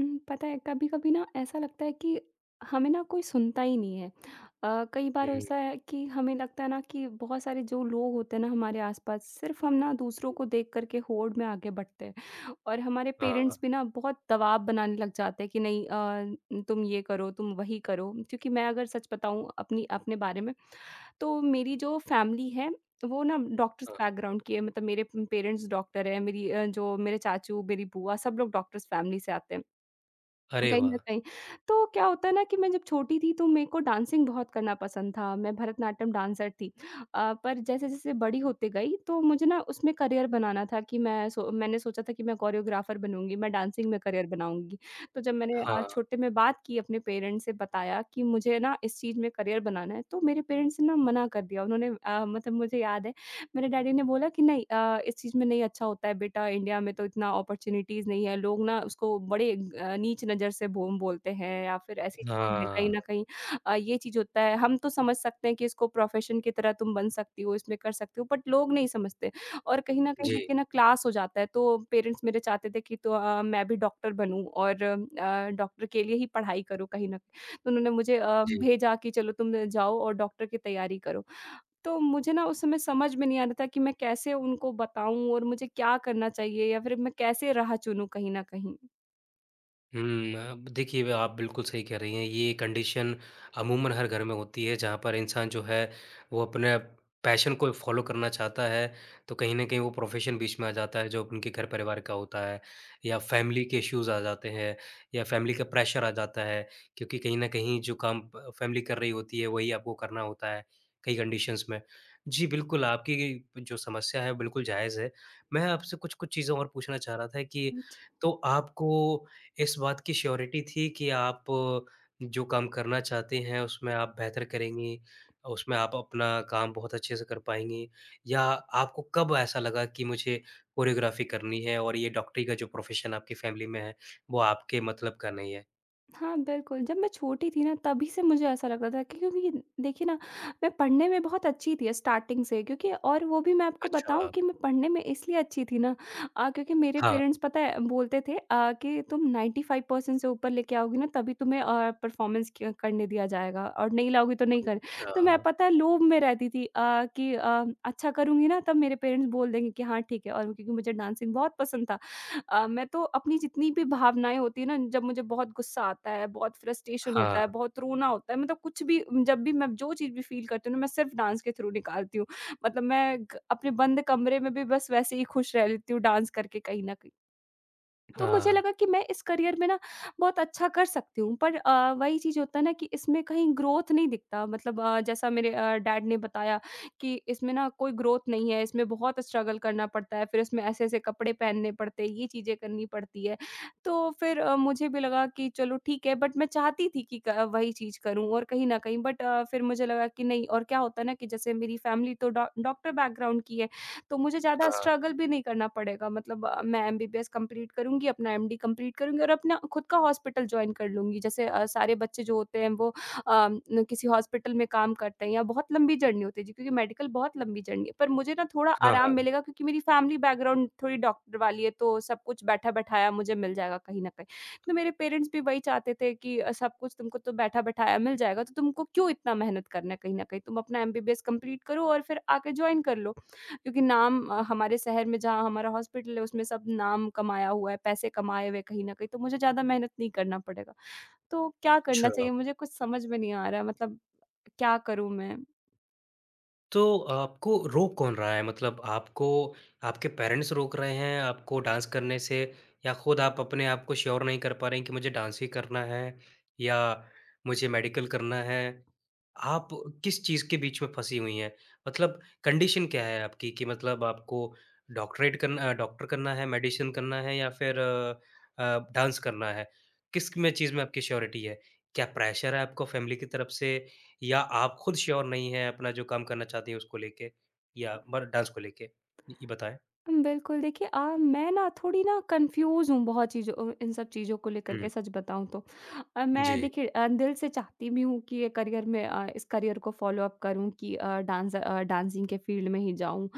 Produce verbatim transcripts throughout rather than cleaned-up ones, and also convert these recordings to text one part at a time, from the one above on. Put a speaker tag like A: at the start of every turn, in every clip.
A: उम, पता है कभी-कभी ना ऐसा लगता है कि हमें ना कोई सुनता ही नहीं है। अ, कई बार
B: हुँ,
A: होता है कि हमें लगता है ना कि बहुत सारे जो लोग होते हैं ना हमारे आस-पास, सिर्फ़ हम ना दूसरों
B: हुँ,
A: को देख कर के होड़ में आगे बढ़ते हैं, और हमारे
B: हाँ,
A: पेरेंट्स भी ना बहुत दबाव बनाने लग जाते हैं कि नहीं, अ, तुम ये करो, तुम वही करो। क्योंकि मैं अगर सच बताऊँ अपनी अपने बारे में, तो मेरी जो फ़ैमिली है, वो ना डॉक्टर्स
B: हाँ।
A: बैकग्राउंड की है, मतलब मेरे पेरेंट्स डॉक्टर हैं, मेरी अ, जो मेरे चाचू, मेरी बुआ, सब लोग डॉक्टर्स फ़ैमिली से आते हैं,
B: अरे
A: कहीं न
B: वाह!
A: कहीं। तो क्या होता है ना कि मैं जब छोटी थी, तो मेरे को डांसिंग बहुत करना पसंद था, मैं भरतनाट्यम डांसर थी। अ, पर जैसे-जैसे बड़ी होते गई, तो मुझे ना उसमें करियर बनाना था कि मैं, सो मैंने सोचा था कि मैं कोरियोग्राफर बनूँगी, मैं डांसिंग में करियर बनाऊँगी। तो जब मैंने अ,
B: हाँ,
A: छोटे में बात की, अपने पेरेंट्स से बताया कि मुझे ना इस चीज़ में करियर बनाना है, तो मेरे पेरेंट्स ने ना मना कर दिया। उन्होंने अ, मतलब मुझे याद है, मेरे डैडी ने बोला कि नहीं, अ, इस चीज़ में नहीं अच्छा होता है बेटा, इंडिया में तो इतना अपॉर्च्युनिटीज़ नहीं है, लोग ना उसको बड़े अ, नीच नज़र से बो बोलते हैं, या फिर ऐसी चीज़ें हैं कहीं
B: हाँ।
A: न कहीं। अ, ये चीज़ होता है। हम तो समझ सकते हैं कि इसको प्रोफ़ेशन की तरह तुम बन सकती हो, इसमें कर सकती हो, बट लोग नहीं समझते, और कहीं न कहीं
B: जी,
A: देखिए ना क्लास हो जाता है। तो पेरेंट्स मेरे चाहते थे कि तो अ, मैं भी डॉक्टर बनूँ और अ, डॉक्टर के लिए ही पढ़ाई करूँ, कहीं न, तो उन्होंने मुझे अ,
B: जी।
A: भेजा कि चलो तुम जाओ और डॉक्टर की तैयारी करो। तो मुझे ना उस समय समझ में नहीं आ रहा था कि मैं कैसे उनको बताऊँ, और मुझे क्या करना चाहिए या फिर मैं कैसे राह चुनूँ, कहीं न कहीं?
B: हुँ, अब देखिए ब आप बिल्कुल सही कह रही हैं, ये कंडीशन अमूमन हर घर में होती है जहाँ पर इंसान जो है वो अपने पैशन को फ़ॉलो करना चाहता है, तो कहीं न कहीं वो प्रोफ़ेशन बीच में आ जाता है जो उनके घर परिवार का होता है या फ़ैमिली के इश्यूज़ आ जाते हैं या फ़ैमिली का प्रेशर आ जाता है क्योंकि कहीं न कहीं जो काम प फ़ैमिली कर रही होती है वही आपको करना होता है, कई कंडीशंस में। जी, बिल्कुल आपकी जो समस्या है बिल्कुल जायज़ है। मैं आपसे कुछ-कुछ चीज़ें और पूछना चाह रहा था कि तो आपको इस बात की श्योरिटी थी कि आप जो काम करना चाहते हैं, उसमें आप बेहतर करेंगी, उसमें आप अपना काम बहुत अच्छे से कर पाएँगी? या आपको कब ऐसा लगा कि मुझे कोरियोग्राफ़ी करनी है और ये डॉक्टरी का जो प्रोफ़ेशन आपकी फ़ैमिली में है, वो आपके मतलब का नहीं है?
A: हाँ, बिल्कुल, जब मैं छोटी थी ना, तभी से मुझे ऐसा लगता था कि, क्योंकि देखिए ना, मैं पढ़ने में बहुत अच्छी थी स्टार्टिंग से, क्योंकि और वो भी मैं आपको बताऊँ
B: अच्छा,
A: कि मैं पढ़ने में इसलिए अच्छी थी ना, अ, क्योंकि मेरे
B: हाँ,
A: पेरेंट्स पता है बोलते थे, अ, कि तुम नाइन्टी फ़ाइव परसेंट से ऊपर लेके आओगी ना, तभी तुम्हें अ, परफॉर्मेंस क करने दिया जाएगा, और नहीं लाओगी तो नहीं कर।
B: अच्छा,
A: तो मैं
B: हाँ,
A: पता है लोभ में रहती थी, अ, कि अ, अच्छा करूँगी ना, तब मेरे पेरेंट्स बोल देंगे कि हाँ, ठीक है, और क्योंकि मुझे डांसिंग बहुत पसंद था। अ, मैं तो अपनी जितनी भी भावनाएँ होती है ना, जब मुझे बहुत गुस्सा आता है, बहुत फ्रस्ट्रेशन होता है,
B: हाँ,
A: बहुत रोना होता है, मतलब कुछ भी, जब भी मैं जो चीज़ भी फ़ील करती हूँ ना, मैं सिर्फ़ डांस के थ्रू निकालती हूँ। मतलब मैं ग अपने बंद कमरे में भी बस वैसे ही खुश रह लेती हूँ डांस करके, कहीं न कहीं। तो मुझे
B: हाँ,
A: लगा कि मैं इस करियर में ना बहुत अच्छा कर सकती हूँ, पर अ, वही चीज़ होता है ना कि इसमें कहीं ग्रोथ नहीं दिखता, मतलब अ, जैसा मेरे अ, डैड ने बताया कि इसमें ना कोई ग्रोथ नहीं है, इसमें बहुत स्ट्रगल करना पड़ता है, फिर इसमें ऐसे-ऐसे कपड़े पहनने पड़ते हैं, ये चीज़ें करनी पड़ती है। तो फिर अ, मुझे भी लगा कि चलो ठीक है, बट मैं चाहती थी कि क वही चीज़ करूँ, और कहीं न कहीं, बट अ, फिर मुझे लगा कि नहीं, और क्या होता है ना कि जैसे मेरी फैमिली तो डॉ डॉक्टर बैकग्राउंड की है। तो मुझे ज़्यादा स्ट्रगल भी नहीं करना पड़ेगा, मतलब अ, मैं एमबीबीएस कंप्लीट करूँगी, अपना एमडी कंप्लीट करूँगी, और अपना खुद का हॉस्पिटल जॉइन कर लूँगी। जैसे अ, सारे बच्चे जो होते हैं, वो अ, न किसी हॉस्पिटल में काम करते हैं या बहुत लंबी जर्नी होती है जी, क्योंकि मेडिकल बहुत लंबी जर्नी है। पर मुझे ना थोड़ा
B: हाँ,
A: आराम
B: हाँ,
A: मिलेगा, क्योंकि मेरी फैमिली बैकग्राउंड थोड़ी डॉक्टर वाली है, तो सब कुछ बैठा-बैठाया मुझे मिल जाएगा, कहीं न कहीं। तो मेरे पेरेंट्स भी वही चाहते थे कि अ, सब कुछ तुमको तो बैठा-बैठाया मिल जाएगा, तो तुमको क्यों इतना मेहनत करना है, कहीं न कहीं? तुम अपना एमबीबीएस कंप्लीट करो और फिर आके जॉइन कर लो। क्योंकि नाम अ, हमारे शहर में जहाँ हमारा हॉस्पिटल है, उसमें सब नाम कमाया हुआ है, पैसे कमाए हुए हैं, कहीं न कहीं, तो मुझे ज़्यादा मेहनत नहीं करना पड़ेगा। तो क्या करना
B: अच्छा।
A: चाहिए? मुझे कुछ समझ में नहीं आ रहा है, मतलब क्या करूँ मैं?
B: तो आपको रोक कौन रहा है? मतलब आपको आपके पेरेंट्स रोक रहे हैं आपको डांस करने से या खुद आप अपने आप को श्योर नहीं कर पा रहे हैं कि मुझे डांस ही करना है या मुझे मेडिकल करना है। आप किस चीज़ के बीच में फँसी हुई हैं? मतलब कंडीशन क्या है आपकी कि मतलब आपको डॉक्टरेट करना डॉक्टर करना है, मेडिसिन करना है या फिर अ अ, डांस करना है? किस में चीज़ में आपकी श्योरिटी है? क्या प्रेशर है आपको फैमिली की तरफ से या आप खुद श्योर नहीं हैं अपना जो काम करना चाहती हैं उसको लेके या बर डांस को लेके? ये ये बताएँ?
A: उम, बिल्कुल, देखिए अ, मैं ना थोड़ी ना कन्फ्यूज़ हूँ बहुत चीज़ों अ, इन सब चीज़ों को लेकर के,
B: हुँ,
A: सच बताऊँ तो। अ, मैं
B: जी।
A: देखिए, अ, दिल से चाहती भी हूँ कि ये करियर में अ, इस करियर को फ़ॉलो-अप करूँ, कि अ, डांस अ, डांसिंग के फ़ील्ड में ही जाऊँ,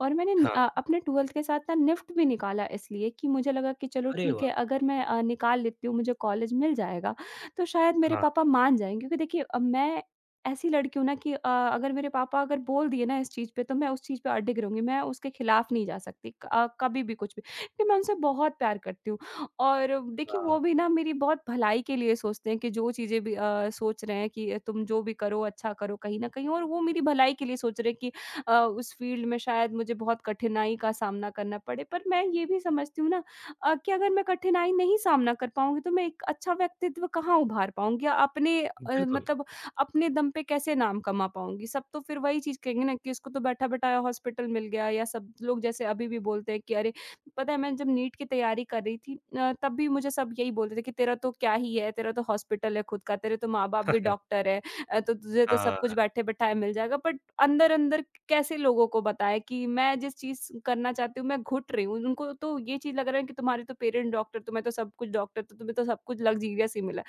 A: और मैंने नि-
B: हाँ,
A: अ, अपने ट्वेल्थ के साथ ना निफ्ट भी निकाला, इसलिए कि मुझे लगा कि चलो
B: अरे
A: ठीक है,
B: वाह!
A: अगर मैं अ, निकाल लेती हूँ, मुझे कॉलेज मिल जाएगा, तो शायद मेरे
B: हाँ,
A: पापा मान जाएँ, क्योंकि देखिए अ, मैं ऐसी लड़की हूँ ना कि अ, अगर मेरे पापा अगर बोल दिए ना इस चीज़ पे, तो मैं उस चीज़ पे अडिग रहूँगी, मैं उसके खिलाफ नहीं जा सकती क अ, कभी भी कुछ भी, क्योंकि मैं उनसे बहुत प्यार करती हूँ। और देखिए वो
B: हाँ,
A: भी ना मेरी बहुत भलाई के लिए सोचते हैं कि जो चीज़ें भी अ, सोच रहे हैं कि तुम जो भी करो अच्छा करो, कहीं न कहीं, और वो मेरी भलाई के लिए सोच रहे हैं कि अ, उस फ़ील्ड में शायद मुझे बहुत कठिनाई का सामना करना पड़े। पर मैं ये भी समझती हूँ ना, अ, कि अगर मैं कठिनाई नहीं सामना कर पाऊँगी, तो मैं एक अच्छा व्यक्तित्व कहाँ उभार पाऊँगी? अपने अ,
B: बिल्कुल।
A: मतलब अपने दम पे कैसे नाम कमा पाऊँगी? सब तो फिर वही चीज़ कहेंगे ना कि इसको तो बैठा-बैठाया हॉस्पिटल मिल गया, या सब लोग जैसे अभी भी बोलते हैं कि अरे! पता है, मैं जब नीट की तैयारी कर रही थी, अ, तब भी मुझे सब यही बोलते थे कि तेरा तो क्या ही है, तेरा तो हॉस्पिटल है खुद का, तेरे तो माँ-बाप भी डॉक्टर है, अ, तो तुझे तो सब
B: हाँ,
A: कुछ बैठे-बैठाए मिल जाएगा। बट अंदर-अंदर कैसे लोगों को बताएँ कि मैं जिस चीज़ करना चाहती हूँ, मैं घुट रही हूँ। उनको तो ये चीज़ लग रहा है कि तुम्हारे तो पेरेंट डॉक्टर, तुम्हें तो सब कुछ डॉक्टर, तो तुम्हें तो सब कुछ लग्ज़ीरियस ही मिला।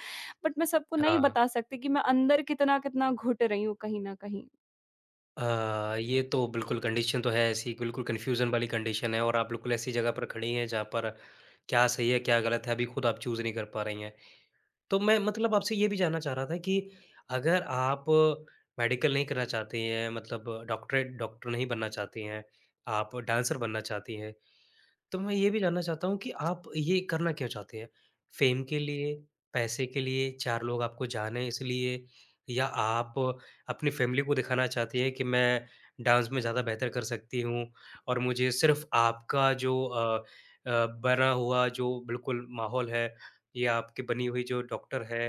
A: बट मैं सबको नहीं
B: हाँ।
A: बता सकती कि मैं अंदर कितना-कितना घुट रही हूँ, कहीं न कहीं।
B: अ, ये तो बिल्कुल कंडीशन तो है ऐसी, बिल्कुल कन्फ्यूज़न वाली कंडीशन है और आप बिल्कुल ऐसी जगह पर खड़ी हैं जहाँ पर क्या सही है, क्या गलत है, अभी खुद आप चूज़ नहीं कर पा रही हैं। तो मैं मतलब आपसे ये भी जानना चाह रहा था कि अगर आप मेडिकल नहीं करना चाहती हैं, मतलब डॉक्टरेट डॉक्टर नहीं बनना चाहती हैं, आप डांसर बनना चाहती हैं। तो मैं ये भी जानना चाहता हूँ कि आप ये करना क्यों चाहते हैं? फ़ेम के लिए, पैसे के लिए, चार लोग आपको जाने इसलिए या आप अपनी फ़ैमिली को दिखाना चाहती हैं कि मैं डांस में ज़्यादा बेहतर कर सकती हूँ और मुझे सिर्फ़ आपका जो अ अ, बना हुआ जो बिल्कुल माहौल है या आपकी बनी हुई जो डॉक्टर है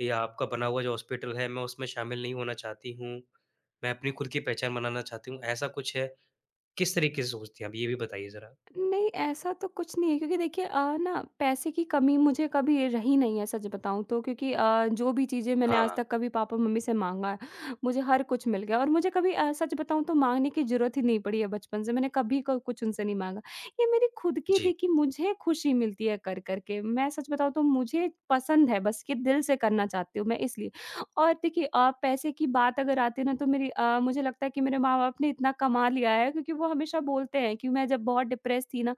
B: या आपका बना हुआ जो हॉस्पिटल है, मैं उसमें शामिल नहीं होना चाहती हूँ। मैं अपनी खुद की पहचान बनाना चाहती हूँ, ऐसा कुछ है? किस तरीके से सोचती हैं आप ये भी बताइए ज़रा?
A: नहीं, ऐसा तो कुछ नहीं है, क्योंकि देखिए अ, ना पैसे की कमी मुझे कभी रही नहीं है, सच बताऊँ तो, क्योंकि अ, जो भी चीज़ें मैंने आज
B: हाँ।
A: तक कभी पापा-मम्मी से माँगा है, मुझे हर कुछ मिल गया, और मुझे कभी, अ, सच बताऊँ तो, माँगने की ज़रूरत ही नहीं पड़ी है बचपन से, मैंने कभी क कुछ उनसे नहीं माँगा। ये मेरी खुद की थी
B: जी,
A: कि मुझे खुशी मिलती है कर-कर के। मैं सच बताऊँ तो मुझे पसंद है, बस कि दिल से करना चाहती हूँ मैं, इसलिए। और देखिए अ, पैसे की बात अगर आती है ना, तो मेरी अ, मुझे लगता है कि मेरे माँ-बाप ने इतना कमा लिया है, क्योंकि वो हमेशा बोलते हैं कि मैं जब बहुत डिप्रेस थी ना,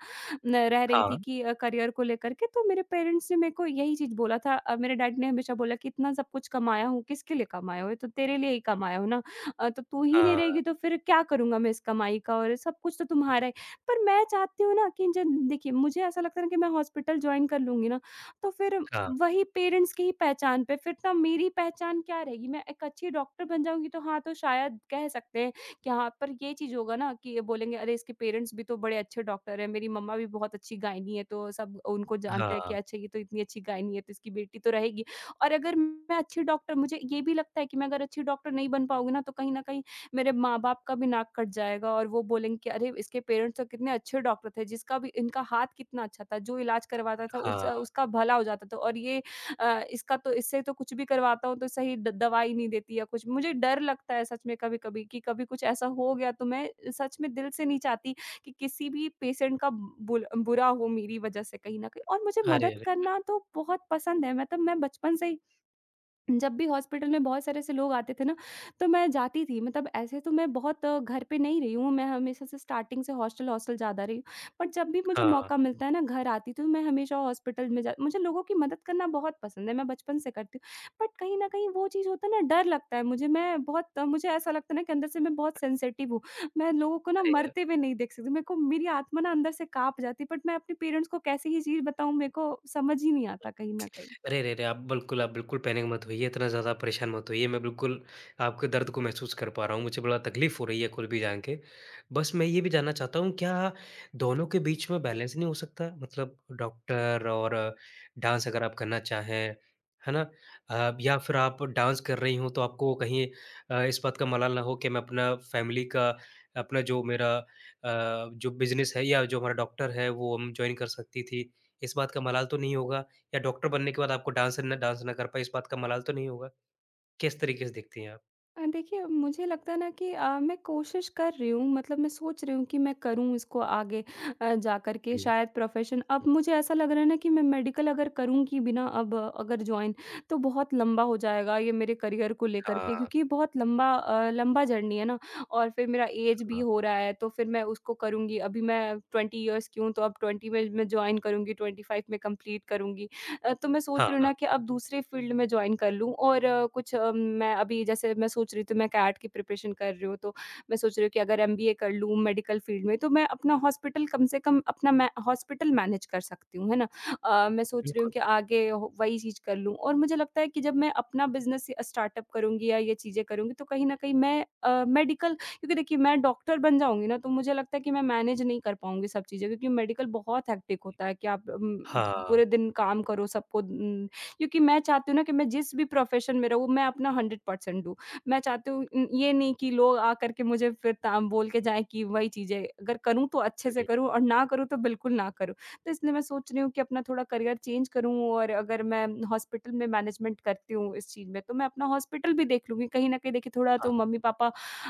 A: न रह रही थी
B: हाँ,
A: कि अ, करियर को लेकर के, तो मेरे पेरेंट्स ने मेरे को यही चीज़ बोला था। अ, मेरे डैडी ने हमेशा बोला कि इतना सब कुछ कमाया हूँ, किसके लिए कमाया हो? ये तो तेरे लिए ही कमाया हो ना। अ, तो तू ही नहीं रहेगी
B: हाँ,
A: तो फिर क्या करूँगा मैं इस कमाई का, और सब कुछ तो तुम्हारा है। पर मैं चाहती हूँ ना कि जब देखिए मुझे ऐसा लगता है ना कि मैं हॉस्पिटल जॉइन कर लूँगी ना, तो फिर
B: हाँ,
A: वही पेरेंट्स की ही पहचान पे फिर ना, मेरी पहचान क्या रहेगी? मैं एक अच्छी डॉक्टर बन जाऊँगी, तो हाँ, तो शायद कह सकते हैं कि हाँ, पर ये चीज़ होगा ना कि ये बोलेंगे, अरे, इसके पेरेंट्स भी तो बड़े अच्छे डॉक्टर हैं, मेरी मम्मा भी बहुत अच्छी गायनी है, तो सब उनको जानते हैं कि
B: हाँ,
A: अच्छा, ये तो इतनी अच्छी गायनी है, तो इसकी बेटी तो रहेगी। और अगर मैं अच्छी डॉक्टर, मुझे ये भी लगता है कि मैं अगर अच्छी डॉक्टर नहीं बन पाऊँगी ना, तो कहीं न कहीं मेरे माँ-बाप का भी नाक कट जाएगा, और वो बोलेंगे कि अरे! इसके पेरेंट्स तो कितने अच्छे डॉक्टर थे, जिसका भी इनका हाथ कितना अच्छा था, जो इलाज करवाता था उस
B: हाँ,
A: उसका भला हो जाता था और ये अ, इसका तो इससे तो कुछ भी करवाता हूँ तो सही द दवाई नहीं देती या कुछ। मुझे डर लगता है सच में कभी-कभी कि कभी कुछ ऐसा हो गया तो मैं सच में दिल से नहीं चाहती कि किसी भी पेशेंट का बुल बुरा हो मेरी वजह से कहीं न कहीं। और मुझे
B: अरे,
A: मदद
B: अरे!
A: करना तो बहुत पसंद है, मतलब मैं बचपन से ही जब भी हॉस्पिटल में बहुत सारे ऐसे लोग आते थे ना, तो मैं जाती थी। मतलब ऐसे तो मैं बहुत अ, घर पे नहीं रही हूँ, मैं हमेशा से स्टार्टिंग से हॉस्टल-हॉस्टल ज़्यादा रही हूँ। बट जब भी मुझे
B: हाँ,
A: मौका मिलता है ना, घर आती तो मैं हमेशा हॉस्पिटल में जा मुझे लोगों की मदद करना बहुत पसंद है, मैं बचपन से करती हूँ। बट कहीं न कहीं वो चीज़ होता है ना, डर लगता है मुझे। मैं बहुत अ, मुझे ऐसा लगता है ना कि अंदर से मैं बहुत सेंसिटिव हूँ। मैं लोगों को ना
B: अरे!
A: मरते हुए नहीं देख सकती। मेरे को मेरी आत्मा ना अंदर से काँप जाती है, बट मैं अपने पेरेंट्स को कैसे ये चीज़ बताऊँ, मेरे को समझ ही नहीं आता कहीं न कहीं।
B: अरे रे रे! आप बिल्कुल आप बिल्कुल पैनिक मत होइए, इतना ज़्यादा परेशान मत होइए, मैं बिल्कुल आपके दर्द को महसूस कर पा रहा हूँ, मुझे बड़ा तकलीफ़ हो रही है कुल भी जान के। बस मैं ये भी जानना चाहता हूँ क्या दोनों के बीच में बैलेंस नहीं हो सकता? मतलब डॉक्टर और डांस अगर आप करना चाहें, है ना? अ, या फिर आप डांस कर रही हों तो आपको कहीं अ, इस बात का मलाल ना हो कि मैं अपना फ़ैमिली का अपना जो मेरा अ, जो बिज़नेस है या जो हमारा डॉक्टर है वो हम जॉइन कर सकती थी, इस बात का मलाल तो नहीं होगा? या डॉक्टर बनने के बाद आपको डांस न डांस ना कर पाए, इस बात का मलाल तो नहीं होगा? किस तरीके से देखती हैं आप?
A: अ, देखिए मुझे लगता है ना कि अ, मैं कोशिश कर रही हूँ, मतलब मैं सोच रही हूँ कि मैं करूँ इसको आगे अ, जाकर के
B: हुँ।
A: शायद प्रोफ़ेशन। अब मुझे ऐसा लग रहा है ना कि मैं मेडिकल अगर करूँगी बिना अब अगर जॉइन तो बहुत लंबा हो जाएगा ये मेरे करियर को लेकर के,
B: हाँ,
A: क्योंकि ये बहुत लंबा अ, लंबा जर्नी है ना, और फिर मेरा एज भी
B: हाँ।
A: हो रहा है तो फिर मैं उसको करूँगी। अभी मैं ट्वेंटी इयर्स की हूँ, तो अब ट्वेंटी में मैं जॉइन करूँगी, ट्वेंटी फ़ाइव में कंप्लीट करूँगी। अ, तो मैं सोच
B: हाँ,
A: रही हूँ
B: हाँ।
A: ना कि अब दूसरे फ़ील्ड में जॉइन कर लूँ, और अ, कुछ अ, मैं अभी जैसे मैं सोच रही थी मैं कैट की प्रिपरेशन कर रही हूँ, तो मैं सोच रही हूँ कि अगर एमबीए कर लूँ मेडिकल फ़ील्ड में, तो मैं अपना हॉस्पिटल कम से कम अपना मैं हॉस्पिटल मैनेज कर सकती हूँ, है ना? अ, मैं सोच रही हूँ
B: बिल्कुल।
A: कि आगे हो वही चीज़ कर लूँ और मुझे लगता है कि जब मैं अपना बिज़नेस या स्टार्टअप करूँगी या ये चीज़ें करूँगी, तो कहीं न कहीं मैं अ, मेडिकल क्योंकि देखिए मैं डॉक्टर बन जाऊँगी ना तो मुझे लगता है कि मैं मैनेज नहीं कर पाऊँगी सब चीज़ें, क्योंकि मेडिकल बहुत हेक्टिक होता है कि आप उम,
B: हाँ।
A: पूरे दिन काम करो सबको उम, क्योंकि मैं चाहती हूँ ना कि मैं जिस भी प्रोफ़ेशन में रहूँ मैं अपना हंड्रेड परसेंट दूँ। मैं चाहती हूँ उम, ये नहीं कि लोग आकर के मुझे फिर ता बोल के जाएँ कि वही चीज़ें अगर करूँ तो अच्छे से
B: हुँ,
A: करूँ और ना करूँ तो बिल्कुल ना करूँ। तो इसलिए मैं सोच रही हूँ कि अपना थोड़ा करियर चेंज करूँ, और अगर मैं हॉस्पिटल में मैनेजमेंट करती हूँ इस चीज़ में तो मैं अपना हॉस्पिटल भी देख लूँगी। कहीं न कहीं देखिए थोड़ा तो
B: हाँ।
A: मम्मी-पापा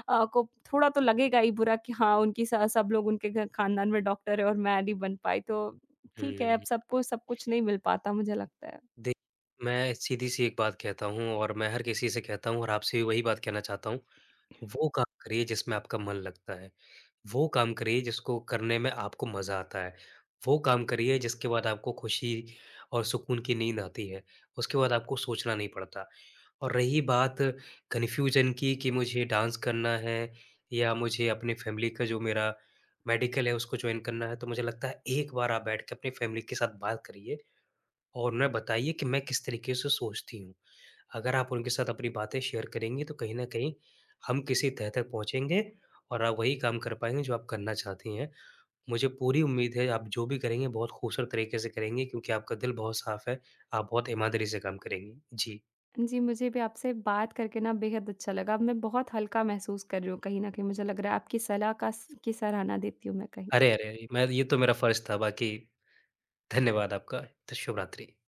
A: अ, को थोड़ा तो लगेगा ही बुरा कि हाँ, उनकी स सब लोग उनके घ खानदान में डॉक्टर है और मैं नहीं बन पाई तो ठीक है,
B: हुँ।
A: अब सबको सब कुछ नहीं मिल पाता मुझे लगता है।
B: देख मैं सीधी-सी एक बात कहता हूँ और मैं हर किसी से कहता हूँ और आपसे भी वही बात कहना चाहता हूँ, वो काम करिए जिसमें आपका मन लगता है। वो काम करिए जिसको करने में आपको मज़ा आता है। वो काम करिए जिसके बाद आपको खुशी और सुकून की नींद आती है। उसके बाद आपको सोचना नहीं पड़ता। और रही बात कन्फ्यूज़न की कि मुझे डांस करना है या मुझे अपनी फ़ैमिली का जो मेरा मेडिकल है उसको जॉइन करना है, तो मुझे लगता है एक बार आप बैठ के अपनी फ़ैमिली के साथ बात करिए और उन्हें बताइए कि मैं किस तरीके से सोचती हूँ। अगर आप उनके साथ अपनी बातें शेयर करेंगी तो कहीं न कहीं हम किसी तह तक पहुँचेंगे और आप वही काम कर पाएँगे जो आप करना चाहती हैं। मुझे पूरी उम्मीद है आप जो भी करेंगे बहुत खूबसूरत तरीके से करेंगी क्योंकि आपका दिल बहुत साफ़ है, आप बहुत ईमानदारी से काम करेंगी। जी।
A: जी, मुझे भी आपसे बात करके ना बेहद अच्छा लगा। अब मैं बहुत हल्का महसूस कर रही हूँ, कहीं न कहीं मुझे लग रहा है आपकी सलाह का स की सराहना देती हूँ मैं कहीं।
B: अरे, अरे! अरे, मैं ये तो मेरा फ़र्ज़ था, बाकी धन्यवाद आपका। तो शुभ रात्रि।